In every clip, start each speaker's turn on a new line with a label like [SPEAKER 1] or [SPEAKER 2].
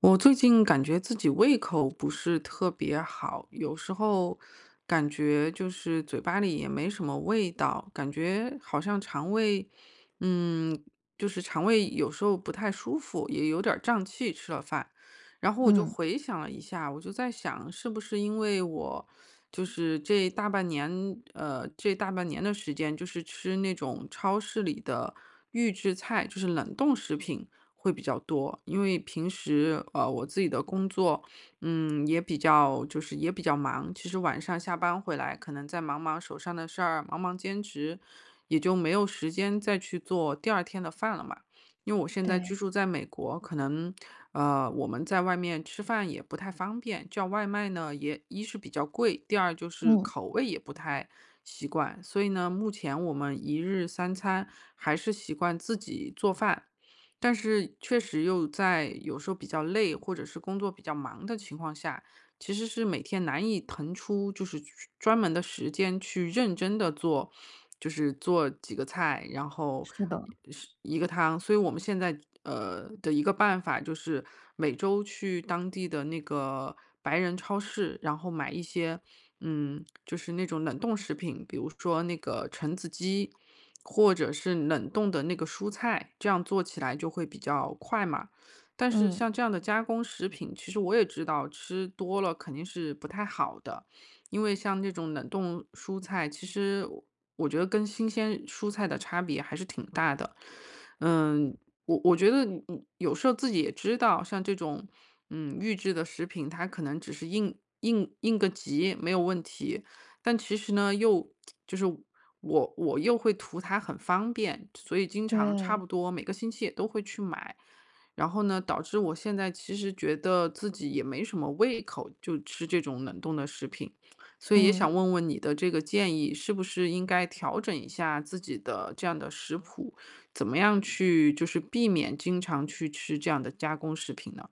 [SPEAKER 1] 我最近感觉自己胃口不是特别好，有时候感觉就是嘴巴里也没什么味道，感觉好像肠胃，嗯，就是肠胃有时候不太舒服，也有点儿胀气，吃了饭。然后我就
[SPEAKER 2] 嗯，
[SPEAKER 1] 回想了一下，我就在想，是不是因为我就是这大半年，这大半年的时间，就是吃那种超市里的预制菜，就是冷冻食品。会比较多。因为平时，我自己的工作，嗯，也比较就是也比较忙。其实晚上下班回来，可能在忙忙手上的事儿，忙忙兼职，也就没有时间再去做第二天的饭了嘛。因为我现在居
[SPEAKER 2] 对。
[SPEAKER 1] 住在美国，可能，我们在外面吃饭也不太方便，叫外卖呢也一是比较贵，第二就是
[SPEAKER 2] 嗯，
[SPEAKER 1] 口味也不太习惯，所以呢，目前我们一日三餐还是习惯自己做饭。但是确实又在有时候比较累，或者是工作比较忙的情况下，其实是每天难以腾出就是去专门的时间去认真的做，就是做几个菜，然后
[SPEAKER 2] 是的，
[SPEAKER 1] 是一个汤。所以我们现在的一个办法就是每周去当地的那个白人超市，然后买一些就是那种冷冻食品，比如说那个橙子鸡，或者是冷冻的那个蔬菜，这样做起来就会比较快嘛。但是
[SPEAKER 2] 嗯，
[SPEAKER 1] 像这样的加工食品，其实我也知道吃多了肯定是不太好的，因为像这种冷冻蔬菜，其实我觉得跟新鲜蔬菜的差别还是挺大的。嗯，我觉得你有时候自己也知道，像这种，预制的食品，它可能只是应个急，没有问题。但其实呢，又就是我又会图它很方便，所以经常差
[SPEAKER 2] 对。
[SPEAKER 1] 不多每个星期也都会去买。然后呢，导致我现在其实觉得自己也没什么胃口，就吃这种冷冻的食品。所以也
[SPEAKER 2] 嗯，
[SPEAKER 1] 想问问你的这个建议，是不是应该调整一下自己的这样的食谱？怎么样去就是避免经常去吃这样的加工食品呢？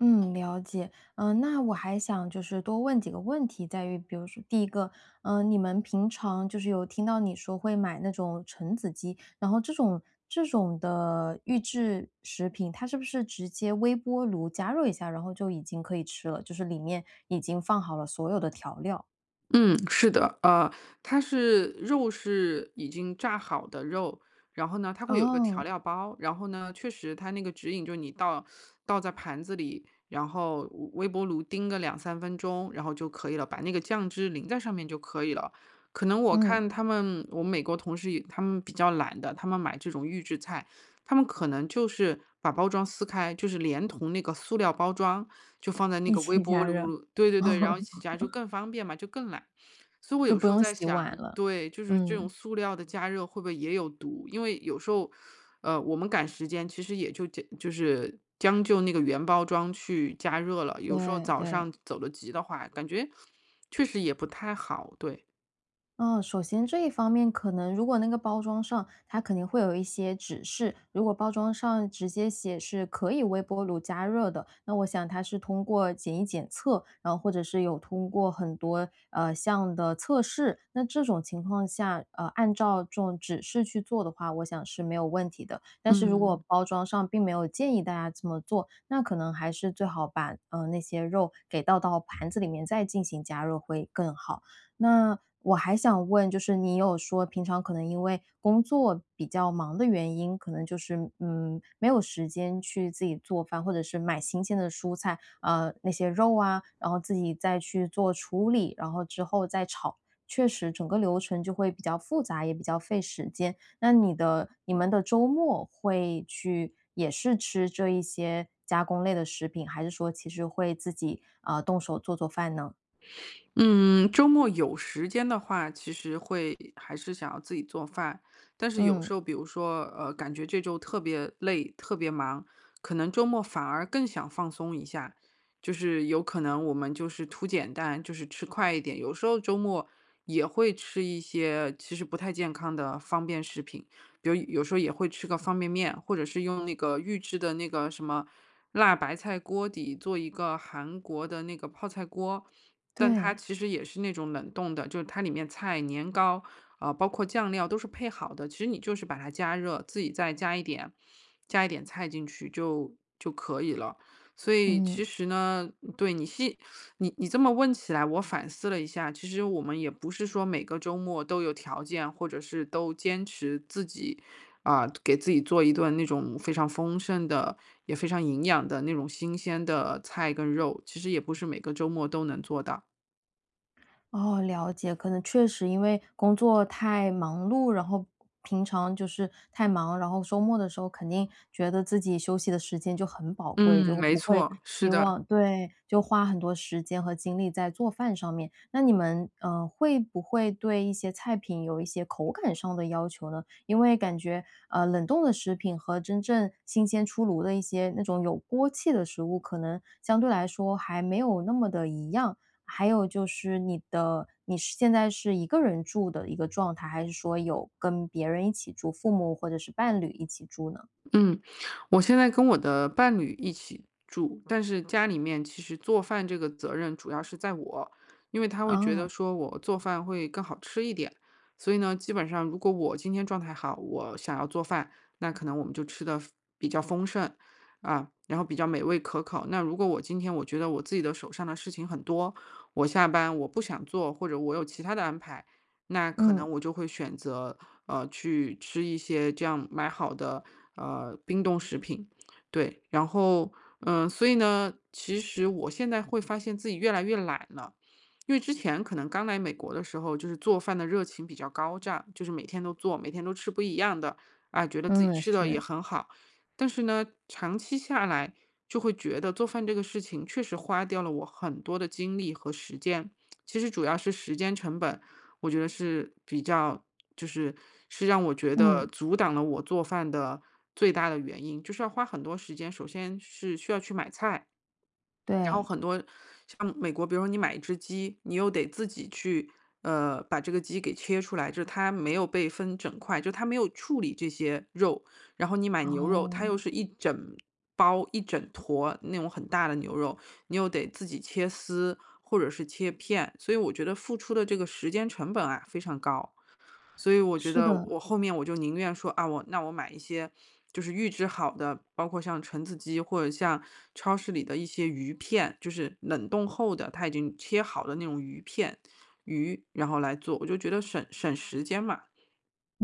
[SPEAKER 2] 嗯，了解。嗯，那我还想就是多问几个问题，在于比如说第一个，你们平常就是有听到你说会买那种橙子鸡，然后这种的预制食品，它是不是直接微波炉加热一下，然后就已经可以吃了，就是里面已经放好了所有的调料？
[SPEAKER 1] 嗯，是的，它是肉是已经炸好的肉，然后呢，它会有一个调
[SPEAKER 2] 哦，
[SPEAKER 1] 料包，然后呢，确实它那个指引就是你倒在盘子里，然后微波炉叮个两三分钟，然后就可以了，把那个酱汁淋在上面就可以了。可能我
[SPEAKER 2] 嗯，
[SPEAKER 1] 看他们，我美国同事也他们比较懒的，他们买这种预制菜，他们可能就是把包装撕开，就是连同那个塑料包装就放在那
[SPEAKER 2] 一
[SPEAKER 1] 个微
[SPEAKER 2] 起
[SPEAKER 1] 波
[SPEAKER 2] 加热。
[SPEAKER 1] 炉对 对对，然后
[SPEAKER 2] 哦，
[SPEAKER 1] 一起加就更方便嘛，就更懒。所以我
[SPEAKER 2] 就
[SPEAKER 1] 有
[SPEAKER 2] 不
[SPEAKER 1] 时候
[SPEAKER 2] 用
[SPEAKER 1] 在
[SPEAKER 2] 洗碗
[SPEAKER 1] 想，
[SPEAKER 2] 了。
[SPEAKER 1] 对，就是这种
[SPEAKER 2] 嗯。
[SPEAKER 1] 塑料的加热会不会也有毒？因为有时候，我们赶时间，其实也就将就那个原包装去加热了。有时候
[SPEAKER 2] 对
[SPEAKER 1] 早
[SPEAKER 2] 对，
[SPEAKER 1] 上走得急的话，感觉确实也不太好，对，
[SPEAKER 2] 嗯，首先这一方面可能如果那个包装上它肯定会有一些指示，如果包装上直接写是可以微波炉加热的，那我想它是通过检疫检测，然后或者是有通过很多项的测试，那这种情况下，按照这种指示去做的话，我想是没有问题的。但是如果
[SPEAKER 1] 嗯。
[SPEAKER 2] 包装上并没有建议大家这么做，那可能还是最好把那些肉给倒到盘子里面再进行加热会更好。那我还想问，就是你有说平常可能因为工作比较忙的原因，可能就是嗯没有时间去自己做饭，或者是买新鲜的蔬菜，那些肉啊，然后自己再去做处理，然后之后再炒，确实整个流程就会比较复杂，也比较费时间。那你的你们的周末会去也是吃这一些加工类的食品，还是说其实会自己啊动手做做饭呢？
[SPEAKER 1] 嗯，周末有时间的话，其实会还是想要自己做饭。但是有
[SPEAKER 2] 嗯，
[SPEAKER 1] 时候，比如说，感觉这周特别累、特别忙，可能周末反而更想放松一下。就是有可能我们就是图简单，就是吃快一点。有时候周末也会吃一些其实不太健康的方便食品。比如有时候也会吃个方便面，或者是用那个预制的那个什么辣白菜锅底做一个韩国的那个泡菜锅，但它
[SPEAKER 2] 对。
[SPEAKER 1] 其实也是那种冷冻的，就是它里面菜、年糕啊、包括酱料都是配好的，其实你就是把它加热，自己再加一点菜进去就可以了。所以
[SPEAKER 2] 嗯，
[SPEAKER 1] 其实呢，对你细你这么问起来，我反思了一下，其实我们也不是说每个周末都有条件，或者是都坚持自己啊，给自己做一顿那种非常丰盛的，也非常营养的那种新鲜的菜跟肉，其实也不是每个周末都能做到。
[SPEAKER 2] 哦，了解，可能确实因为工作太忙碌，然后平常就是太忙，然后周末的时候肯定觉得自己休息的时间就很宝贵，
[SPEAKER 1] 嗯，
[SPEAKER 2] 就
[SPEAKER 1] 没
[SPEAKER 2] 不会
[SPEAKER 1] 错，是
[SPEAKER 2] 希
[SPEAKER 1] 的。
[SPEAKER 2] 望对，就花很多时间和精力在做饭上面。那你们会不会对一些菜品有一些口感上的要求呢？因为感觉冷冻的食品和真正新鲜出炉的一些那种有锅气的食物，可能相对来说还没有那么的一样。还有就是你的你是现在是一个人住的一个状态，还是说有跟别人一起住，父母或者是伴侣一起住呢？
[SPEAKER 1] 嗯，我现在跟我的伴侣一起住，但是家里面其实做饭这个责任主要是在我，因为他会觉得
[SPEAKER 2] 哦，
[SPEAKER 1] 说我做饭会更好吃一点，所以呢，基本上如果我今天状态好，我想要做饭，那可能我们就吃的比较丰盛啊，然后比较美味可口。那如果我今天我觉得我自己的手上的事情很多，我下班我不想做，或者我有其他的安排，那可
[SPEAKER 2] 嗯。
[SPEAKER 1] 能我就会选择。去吃一些这样买好的，冰冻食品。对，然后，所以呢，其实我现在会发现自己越来越懒了。因为之前可能刚来美国的时候，就是做饭的热情比较高涨，就是每天都做，每天都吃不一样的，啊，觉得自己
[SPEAKER 2] 嗯，
[SPEAKER 1] 吃的也
[SPEAKER 2] 是，
[SPEAKER 1] 很好。但是呢，长期下来就会觉得做饭这个事情确实花掉了我很多的精力和时间，其实主要是时间成本，我觉得是比较就是是让我觉得
[SPEAKER 2] 嗯，
[SPEAKER 1] 阻挡了我做饭的最大的原因，就是要花很多时间。首先是需要去买菜，然后
[SPEAKER 2] 对，
[SPEAKER 1] 很多像美国，比如说你买一只鸡，你又得自己去，把这个鸡给切出来，就是它没有被分整块，就它没有处理这些肉。然后你买牛肉，它
[SPEAKER 2] 哦，
[SPEAKER 1] 又是一整包、一整坨那种很大的牛肉，你又得自己切丝或者是切片，所以我觉得付出的这个时间成本啊非常高。所以我觉
[SPEAKER 2] 是
[SPEAKER 1] 得
[SPEAKER 2] 的。
[SPEAKER 1] 我后面我就宁愿说啊，我那我买一些就是预制好的，包括像橙子鸡或者像超市里的一些鱼片，就是冷冻后的，它已经切好的那种鱼片，然后来做，我就觉得省时间嘛。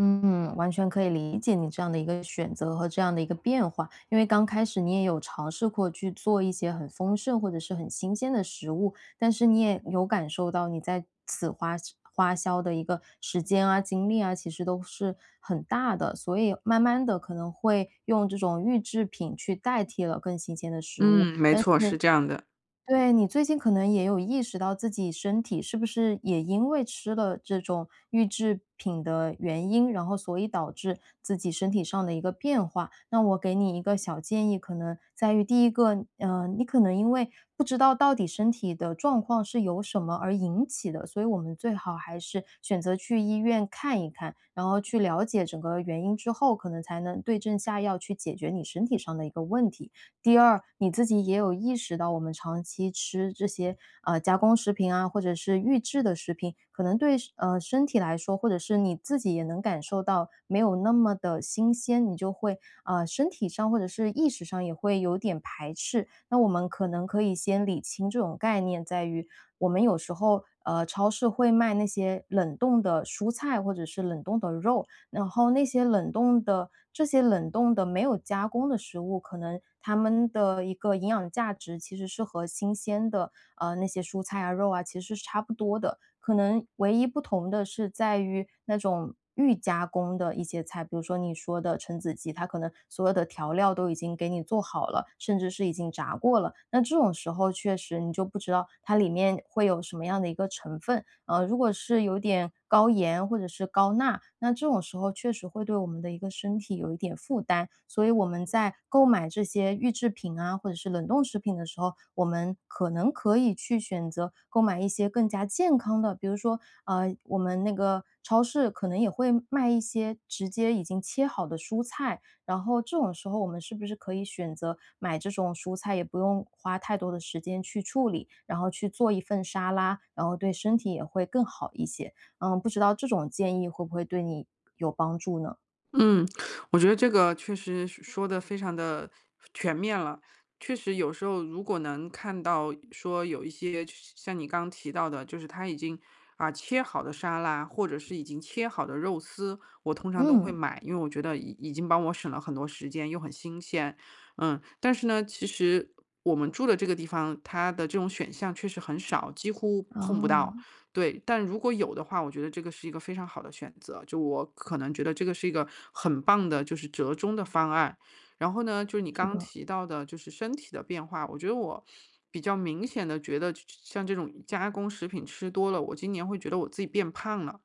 [SPEAKER 2] 嗯，完全可以理解你这样的一个选择和这样的一个变化，因为刚开始你也有尝试过去做一些很丰盛或者是很新鲜的食物，但是你也有感受到你在此花花销的一个时间啊、精力啊，其实都是很大的，所以慢慢的可能会用这种预制品去代替了更新鲜的食物，
[SPEAKER 1] 嗯，没
[SPEAKER 2] 但
[SPEAKER 1] 错，是这样的。
[SPEAKER 2] 对，你最近可能也有意识到自己身体是不是也因为吃了这种预制品的原因，然后所以导致自己身体上的一个变化。那我给你一个小建议，可能在于第一个，你可能因为不知道到底身体的状况是由什么而引起的，所以我们最好还是选择去医院看一看，然后去了解整个原因之后，可能才能对症下药去解决你身体上的一个问题。第二，你自己也有意识到，我们长期吃这些加工食品啊，或者是预制的食品，可能对身体来说，或者是你自己也能感受到没有那么的新鲜，你就会身体上或者是意识上也会有点排斥。那我们可能可以先理清这种概念，在于我们有时候超市会卖那些冷冻的蔬菜或者是冷冻的肉，然后那些冷冻的没有加工的食物，可能它们的一个营养价值其实是和新鲜的，那些蔬菜啊、肉啊其实是差不多的。可能唯一不同的是在于那种预加工的一些菜，比如说你说的橙子鸡，它可能所有的调料都已经给你做好了，甚至是已经炸过了。那这种时候确实你就不知道它里面会有什么样的一个成分，如果是有点高盐或者是高钠，那这种时候确实会对我们的一个身体有一点负担。所以我们在购买这些预制品啊，或者是冷冻食品的时候，我们可能可以去选择购买一些更加健康的，比如说，我们那个超市可能也会卖一些直接已经切好的蔬菜，然后这种时候，我们是不是可以选择买这种蔬菜，也不用花太多的时间去处理，然后去做一份沙拉，然后对身体也会更好一些？嗯，不知道这种建议会不会对你有帮助呢？
[SPEAKER 1] 嗯，我觉得这个确实是说的非常的全面了。确实有时候如果能看到说有一些像你刚刚提到的，就是他已经，啊，切好的沙拉，或者是已经切好的肉丝，我通常都会
[SPEAKER 2] 嗯，
[SPEAKER 1] 买，因为我觉得已经帮我省了很多时间，又很新鲜。嗯，但是呢，其实我们住的这个地方，它的这种选项确实很少，几乎碰不到。
[SPEAKER 2] 哦，
[SPEAKER 1] 对，但如果有的话，我觉得这个是一个非常好的选择。就我可能觉得这个是一个很棒的，就是折中的方案。然后呢，就是你
[SPEAKER 2] 是
[SPEAKER 1] 刚刚
[SPEAKER 2] 的，
[SPEAKER 1] 提到的，就是身体的变化，我觉得我比较明显的觉得，像这种加工食品吃多了，我今年会觉得我自己变胖了。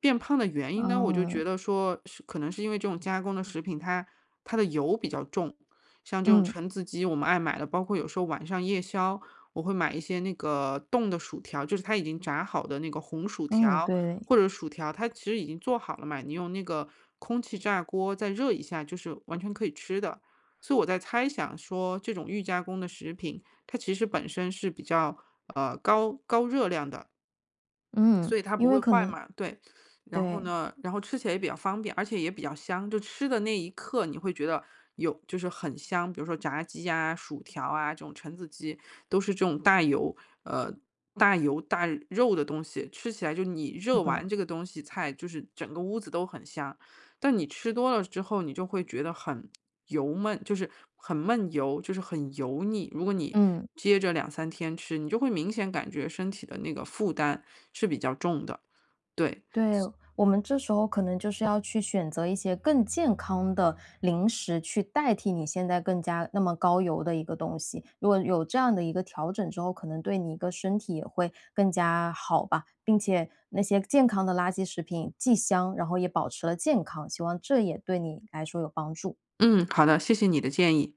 [SPEAKER 1] 变胖的原因呢，我就
[SPEAKER 2] 哦，
[SPEAKER 1] 觉得说是可能是因为这种加工的食品它的油比较重，像这种
[SPEAKER 2] 嗯，
[SPEAKER 1] 橙子鸡，我们爱买的，包括有时候晚上夜宵，我会买一些那个冻的薯条，就是它已经炸好的那个红薯
[SPEAKER 2] 嗯，
[SPEAKER 1] 条
[SPEAKER 2] 对，
[SPEAKER 1] 或者薯条，它其实已经做好了嘛，你用那个空气炸锅再热一下，就是完全可以吃的。所以我在猜想说，这种预加工的食品，它其实本身是比较高热量的，
[SPEAKER 2] 嗯，
[SPEAKER 1] 所以它
[SPEAKER 2] 因
[SPEAKER 1] 不
[SPEAKER 2] 为
[SPEAKER 1] 会
[SPEAKER 2] 可
[SPEAKER 1] 坏
[SPEAKER 2] 能
[SPEAKER 1] 嘛，对。然后
[SPEAKER 2] 对，
[SPEAKER 1] 呢，然后吃起来也比较方便，而且也比较香。就吃的那一刻，你会觉得有就是很香，比如说炸鸡呀、薯条啊这种橙子鸡，都是这种呃大油大肉的东西，吃起来就你
[SPEAKER 2] 是
[SPEAKER 1] 热完
[SPEAKER 2] 的，
[SPEAKER 1] 这个东西菜，就是整个屋子都很香。但你吃多了之后，你就会觉得很油闷，就是很闷油，就是很油腻。如果你
[SPEAKER 2] 嗯。
[SPEAKER 1] 接着两三天吃，你就会明显感觉身体的那个负担是比较重的。对，
[SPEAKER 2] 对，我们这时候可能就是要去选择一些更健康的零食，去代替你现在更加那么高油的一个东西。如果有这样的一个调整之后，可能对你一个身体也会更加好吧，并且那些健康的垃圾食品既香，然后也保持了健康，希望这也对你来说有帮助。
[SPEAKER 1] 嗯，好的，谢谢你的建议。